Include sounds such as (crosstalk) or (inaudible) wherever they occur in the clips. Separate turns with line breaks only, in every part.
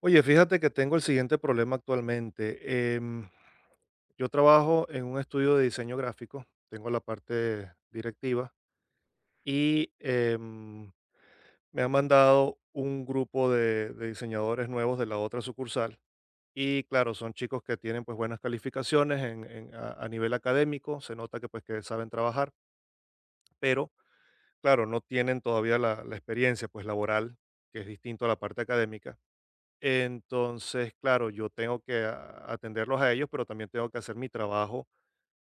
Oye, fíjate que tengo el siguiente problema actualmente. Yo trabajo en un estudio de diseño gráfico, tengo la parte directiva y me han mandado un grupo de diseñadores nuevos de la otra sucursal. Y claro, son chicos que tienen pues buenas calificaciones a nivel académico, se nota que pues que saben trabajar, pero claro, no tienen todavía la experiencia pues laboral, que es distinto a la parte académica. Entonces, claro, yo tengo que atenderlos a ellos, pero también tengo que hacer mi trabajo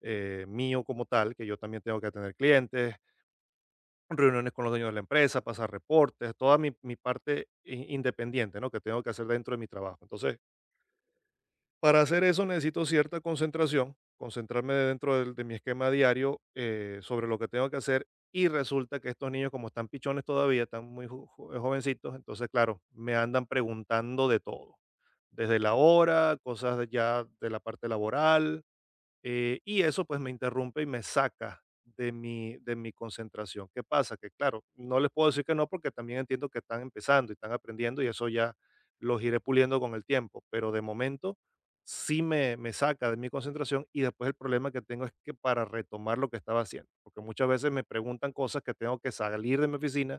mío como tal, que yo también tengo que atender clientes, reuniones con los dueños de la empresa, pasar reportes, toda mi parte independiente, ¿no? Que tengo que hacer dentro de mi trabajo. Entonces, para hacer eso necesito cierta concentración, concentrarme dentro de mi esquema diario sobre lo que tengo que hacer y resulta que estos niños como están pichones todavía, están muy jovencitos, entonces claro, me andan preguntando de todo, desde la hora, cosas de- ya de la parte laboral, y eso pues me interrumpe y me saca de mi concentración. ¿Qué pasa? Que claro, no les puedo decir que no porque también entiendo que están empezando y están aprendiendo y eso ya los iré puliendo con el tiempo, pero de momento sí me saca de mi concentración y después el problema que tengo es que para retomar lo que estaba haciendo, porque muchas veces me preguntan cosas que tengo que salir de mi oficina,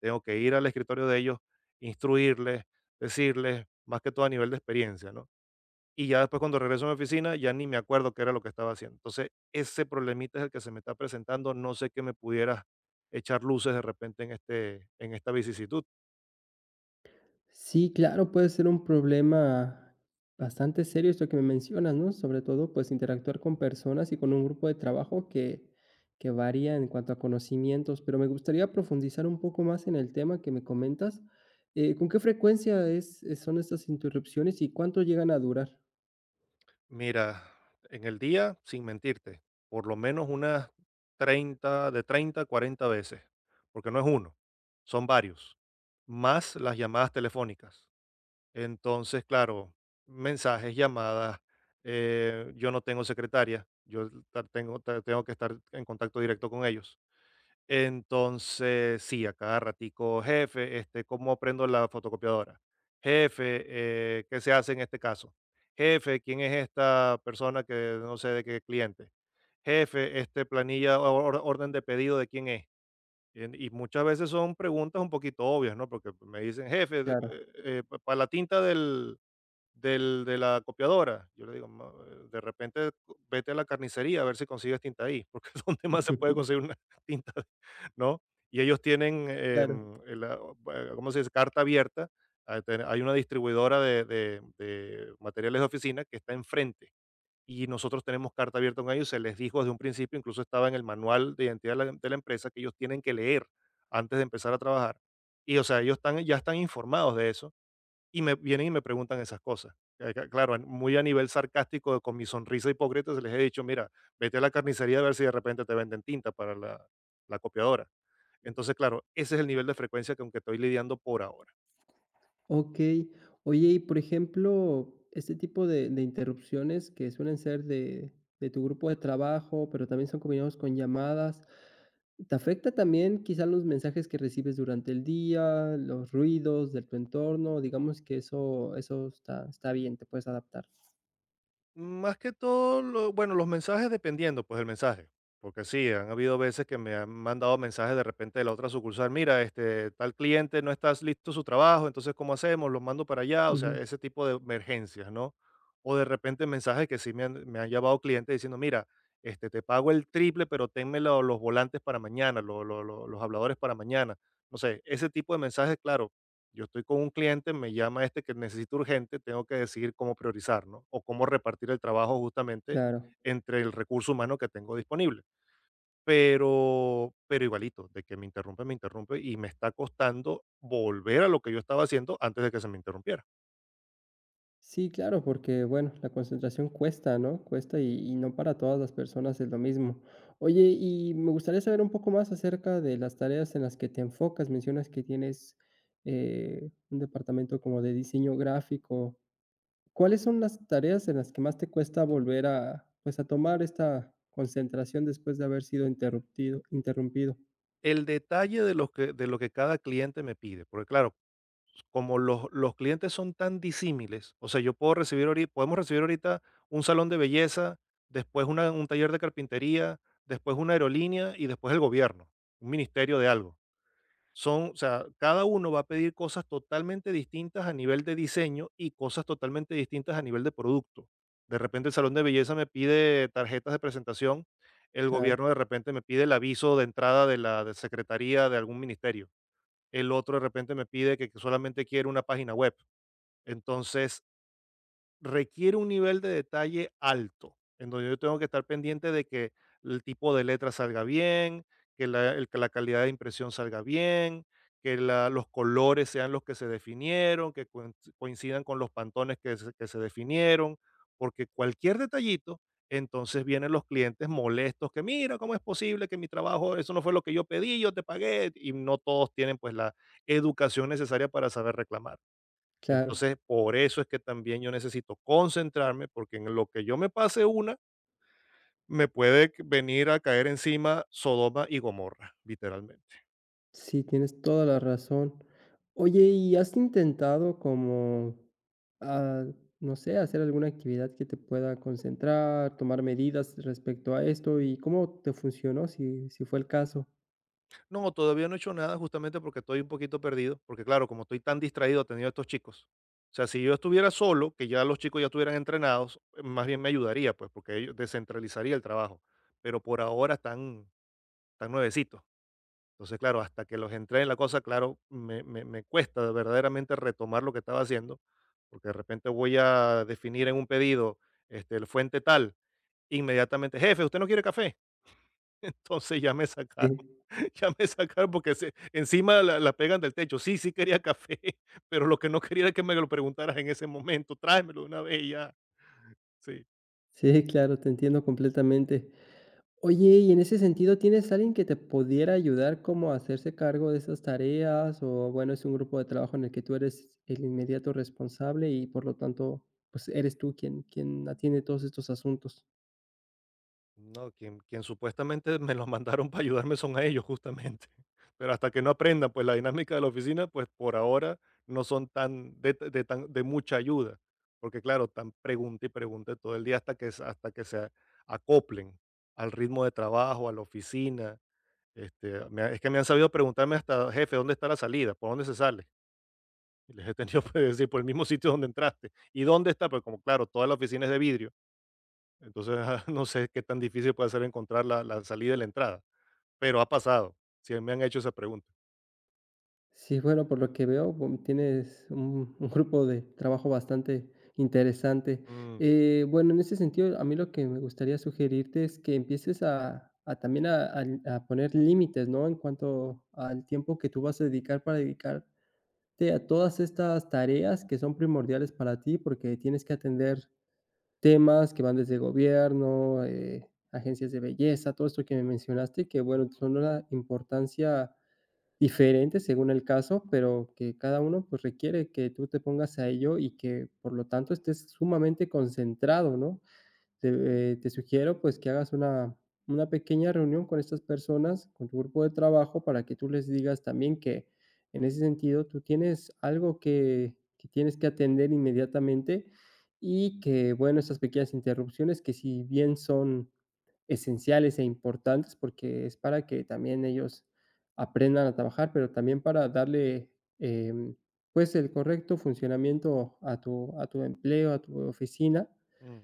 tengo que ir al escritorio de ellos, instruirles, decirles, más que todo a nivel de experiencia, ¿no? Y ya después cuando regreso a mi oficina, ya ni me acuerdo qué era lo que estaba haciendo. Entonces, ese problemita es el que se me está presentando. No sé qué me pudieras echar luces de repente en, este, en esta vicisitud.
Sí, claro, puede ser un problema bastante serio esto que me mencionas, ¿no? Sobre todo, pues interactuar con personas y con un grupo de trabajo que varía en cuanto a conocimientos, pero me gustaría profundizar un poco más en el tema que me comentas. ¿Con qué frecuencia son estas interrupciones y cuánto llegan a durar?
Mira, en el día, sin mentirte, por lo menos unas 30 a 40 veces, porque no es uno, son varios, más las llamadas telefónicas. Entonces, claro, mensajes, llamadas, yo no tengo secretaria, yo tengo que estar en contacto directo con ellos. Entonces, sí, a cada ratico, jefe, este, ¿cómo prendo la fotocopiadora? Jefe, ¿qué se hace en este caso? Jefe, ¿quién es esta persona que no sé de qué cliente? Jefe, este planilla o orden de pedido de quién es. En- Y muchas veces son preguntas un poquito obvias, ¿no? Porque me dicen, jefe,
Claro,
para la tinta de la copiadora. Yo le digo: De repente vete a la carnicería a ver si consigues tinta ahí, porque (laughs) es donde más se puede
(laughs)
conseguir una (laughs) tinta, ¿no?". Y ellos tienen,
claro.
¿cómo se dice? Carta abierta. Ah, ten- Hay una distribuidora de materiales de oficina que está enfrente. Y nosotros tenemos carta abierta con ellos. Se les dijo desde un principio, incluso estaba en el manual de identidad de la empresa, que ellos tienen que leer antes de empezar a trabajar. Y, o sea, ellos están, ya están informados de eso y me vienen y me preguntan esas cosas. Claro, en- muy a nivel sarcástico, con mi sonrisa hipócrita, se les he dicho, mira, vete a la carnicería a ver si de repente te venden tinta para la copiadora. Entonces, claro, ese es el nivel de frecuencia con que estoy lidiando por ahora.
Ok. Oye, y por ejemplo, este tipo de interrupciones que suelen ser de tu grupo de trabajo, pero también son combinados con llamadas. Te afecta también quizá los mensajes que recibes durante el día, los ruidos de tu entorno, digamos que eso está bien, te puedes adaptar.
Más que todo, lo bueno, los mensajes dependiendo, pues, el mensaje, porque sí, han habido veces que me han mandado mensajes de repente de la otra sucursal: "Mira, este, tal cliente no está listo su trabajo, entonces, ¿cómo hacemos? ¿Los mando para allá?". O sea,
Ujú,
ese tipo de emergencias, ¿no? O de repente mensajes que sí me han llamado clientes diciendo: "Mira, este, te pago el triple, pero tenme lo los volantes para mañana, lo los habladores para mañana". No sé, ese tipo de mensajes, claro, yo estoy con un cliente, me llama este que necesito urgente, tengo que decidir cómo priorizar, ¿no? O cómo repartir el trabajo justamente
claro.
entre el recurso humano que tengo disponible. Pero igualito, de que me interrumpe y me está costando volver a lo que yo estaba haciendo antes de que se me interrumpiera.
Sí, claro, porque, bueno, la concentración cuesta, ¿no? Cuesta y no para todas las personas es lo mismo. Oye, y me gustaría saber un poco más acerca de las tareas en las que te enfocas. Mencionas que tienes, un departamento como de diseño gráfico. ¿Cuáles son las tareas en las que más te cuesta volver a, pues, a tomar esta concentración después de haber sido interrumpido?
El detalle de lo que cada cliente me pide, porque claro, como los clientes son tan disímiles, o sea, yo puedo recibir ahorita, podemos recibir ahorita un salón de belleza, después un taller de carpintería, después una aerolínea y después el gobierno, un ministerio de algo. Son, o sea, cada uno va a pedir cosas totalmente distintas a nivel de diseño y cosas totalmente distintas a nivel de producto. De repente el salón de belleza me pide tarjetas de presentación, el
Claro,
gobierno de repente me pide el aviso de entrada de la de secretaría de algún ministerio, el otro de repente me pide que solamente quiere una página web. Entonces, requiere un nivel de detalle alto, en donde yo tengo que estar pendiente de que el tipo de letra salga bien, que la calidad de impresión salga bien, que los colores sean los que se definieron, que coincidan con los pantones que se definieron, porque cualquier detallito, entonces vienen los clientes molestos que mira, ¿cómo es posible que mi trabajo, eso no fue lo que yo pedí, yo te pagué, y no todos tienen pues la educación necesaria para saber reclamar.
claro.
Entonces, por eso es que también yo necesito concentrarme, porque en lo que yo me pase una, me puede venir a caer encima Sodoma y Gomorra, literalmente.
Sí, tienes toda la razón. Oye, ¿y has intentado como, ah, no sé, hacer alguna actividad que te pueda concentrar, tomar medidas respecto a esto? ¿Y cómo te funcionó, si fue el caso?
No, todavía no he hecho nada justamente porque estoy un poquito perdido, porque claro, como estoy tan distraído atendiendo a estos chicos. O sea, si yo estuviera solo, que ya los chicos ya estuvieran entrenados, más bien me ayudaría, pues, porque ellos descentralizaría el trabajo. Pero por ahora están, están nuevecitos. Entonces, claro, hasta que los entré en la cosa, claro, me cuesta verdaderamente retomar lo que estaba haciendo, porque de repente voy a definir en un pedido este, el fuente tal, inmediatamente, jefe, ¿usted no quiere café? (laughs) Entonces ya me
Sí,
sacaron, (laughs) ya me sacaron porque se- encima la pegan del techo. Sí, sí quería café, (laughs) pero lo que no quería era que me lo preguntaras en ese momento, tráemelo de una vez y ya. Sí.
sí, claro, te entiendo completamente. Oye, y en ese sentido, ¿tienes alguien que te pudiera ayudar como a hacerse cargo de esas tareas? O bueno, es un grupo de trabajo en el que tú eres el inmediato responsable y por lo tanto, pues eres tú quien atiende todos estos asuntos.
No, quien supuestamente me los mandaron para ayudarme son a ellos justamente. (laughs) Pero hasta que no aprendan, pues la dinámica de la oficina, pues por ahora no son tan de, t- de tan de mucha ayuda, porque claro, tan pregunta y pregunta todo el día hasta que se acoplen al ritmo de trabajo, a la oficina. Este, es que me han sabido preguntarme hasta, jefe, ¿dónde está la salida? ¿Por dónde se sale? Y les he tenido (laughs) que decir, por el mismo sitio donde entraste. ¿Y dónde está? Pues como claro, toda la oficina es de vidrio entonces, (laughs) no sé qué tan difícil puede ser encontrar la salida y la entrada, pero ha pasado. Si me han hecho esa pregunta.
Sí, bueno, por lo que veo, tienes un grupo de trabajo bastante interesante.
Mm,
Bueno, en ese sentido, a mí lo que me gustaría sugerirte es que empieces a también a poner límites, ¿no? En cuanto al tiempo que tú vas a dedicar para dedicar este, a todas estas tareas que son primordiales para ti, porque tienes que atender temas que van desde gobierno, agencias de belleza, todo esto que me mencionaste, que bueno, son una importancia diferente según el caso, pero que cada uno pues requiere que tú te pongas a ello y que por lo tanto estés sumamente concentrado, ¿no? Te sugiero pues que hagas una pequeña reunión con estas personas, con tu grupo de trabajo, para que tú les digas también que en ese sentido tú tienes algo que tienes que atender inmediatamente y que, bueno, estas pequeñas interrupciones que si bien son esenciales e importantes, porque es para que también ellos aprendan a trabajar, pero también para darle em, pues el correcto funcionamiento a tu empleo, a tu oficina.
mm,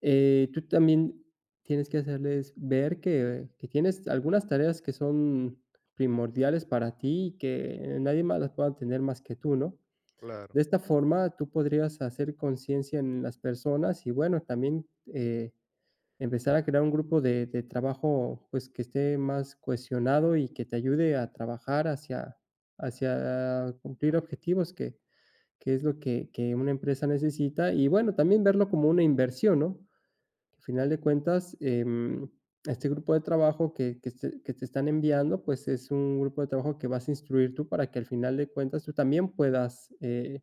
Tú también tienes que hacerles ver que tienes algunas tareas que son primordiales para ti y que nadie más las pueda tener más que tú, ¿no?
claro.
De esta forma, tú podrías hacer conciencia en las personas y, bueno, también, empezar a crear un grupo de trabajo, pues, que esté más cohesionado y que te ayude a trabajar hacia cumplir objetivos que es lo que una empresa necesita y, bueno, también verlo como una inversión, ¿no? Al final de cuentas, este grupo de trabajo que se que te están enviando, pues, es un grupo de trabajo que vas a instruir tú para que al final de cuentas tú también puedas,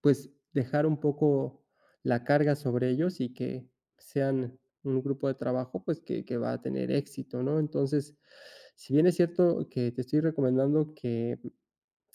pues, dejar un poco la carga sobre ellos y que sean un grupo de trabajo, pues, que va a tener éxito, ¿no? Entonces, si bien es cierto que te estoy recomendando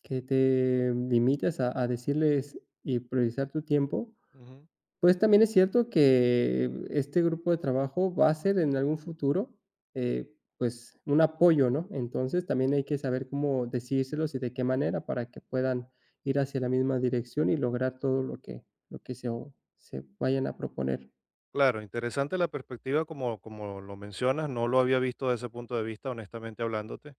que te limites a decirles y priorizar tu tiempo,
Ujú.
pues, también es cierto que este grupo de trabajo va a ser en algún futuro, pues, un apoyo, ¿no? Entonces, también hay que saber cómo decírselos y de qué manera para que puedan ir hacia la misma dirección y lograr todo lo que se o se vayan a proponer.
Claro, interesante la perspectiva como, como lo mencionas. No lo había visto desde ese punto de vista, honestamente hablándote.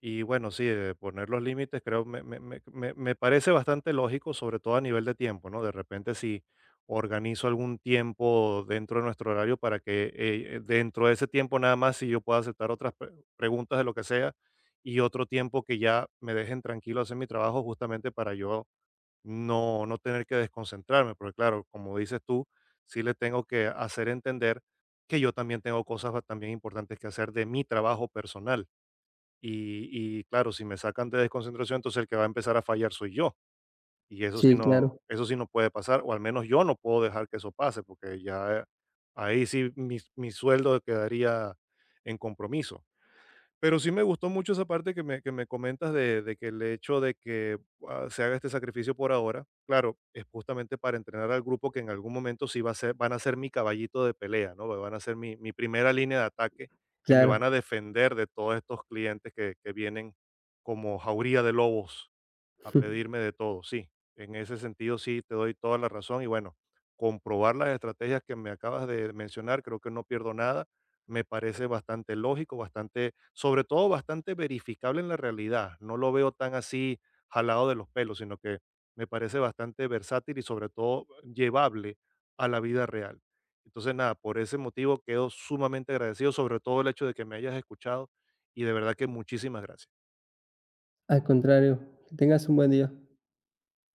Y bueno, sí, poner los límites creo me parece bastante lógico, sobre todo a nivel de tiempo, ¿no? De repente si organizo algún tiempo dentro de nuestro horario para que dentro de ese tiempo nada más si yo pueda aceptar otras preguntas de lo que sea y otro tiempo que ya me dejen tranquilo hacer mi trabajo justamente para yo no tener que desconcentrarme, porque claro, como dices tú, sí le tengo que hacer entender que yo también tengo cosas también importantes que hacer de mi trabajo personal y claro, si me sacan de desconcentración, entonces el que va a empezar a fallar soy yo. Y
Sí, claro,
eso sí no puede pasar, o al menos yo no puedo dejar que eso pase, porque ya ahí sí mi sueldo quedaría en compromiso. Pero sí me gustó mucho esa parte que que me comentas de que el hecho de que se haga este sacrificio por ahora, claro, es justamente para entrenar al grupo que en algún momento sí van a ser mi caballito de pelea, ¿no? Van a ser mi primera línea de ataque, que me van a
claro.
defender de todos estos clientes que vienen como jauría de lobos a pedirme
(laughs)
de todo. Sí, en ese sentido sí te doy toda la razón y bueno, comprobar las estrategias que me acabas de mencionar, creo que no pierdo nada, me parece bastante lógico, bastante, sobre todo bastante verificable en la realidad. No lo veo tan así jalado de los pelos, sino que me parece bastante versátil y sobre todo llevable a la vida real. Entonces, nada, por ese motivo quedo sumamente agradecido, sobre todo el hecho de que me hayas escuchado y de verdad que muchísimas gracias.
Al contrario, que tengas un buen día.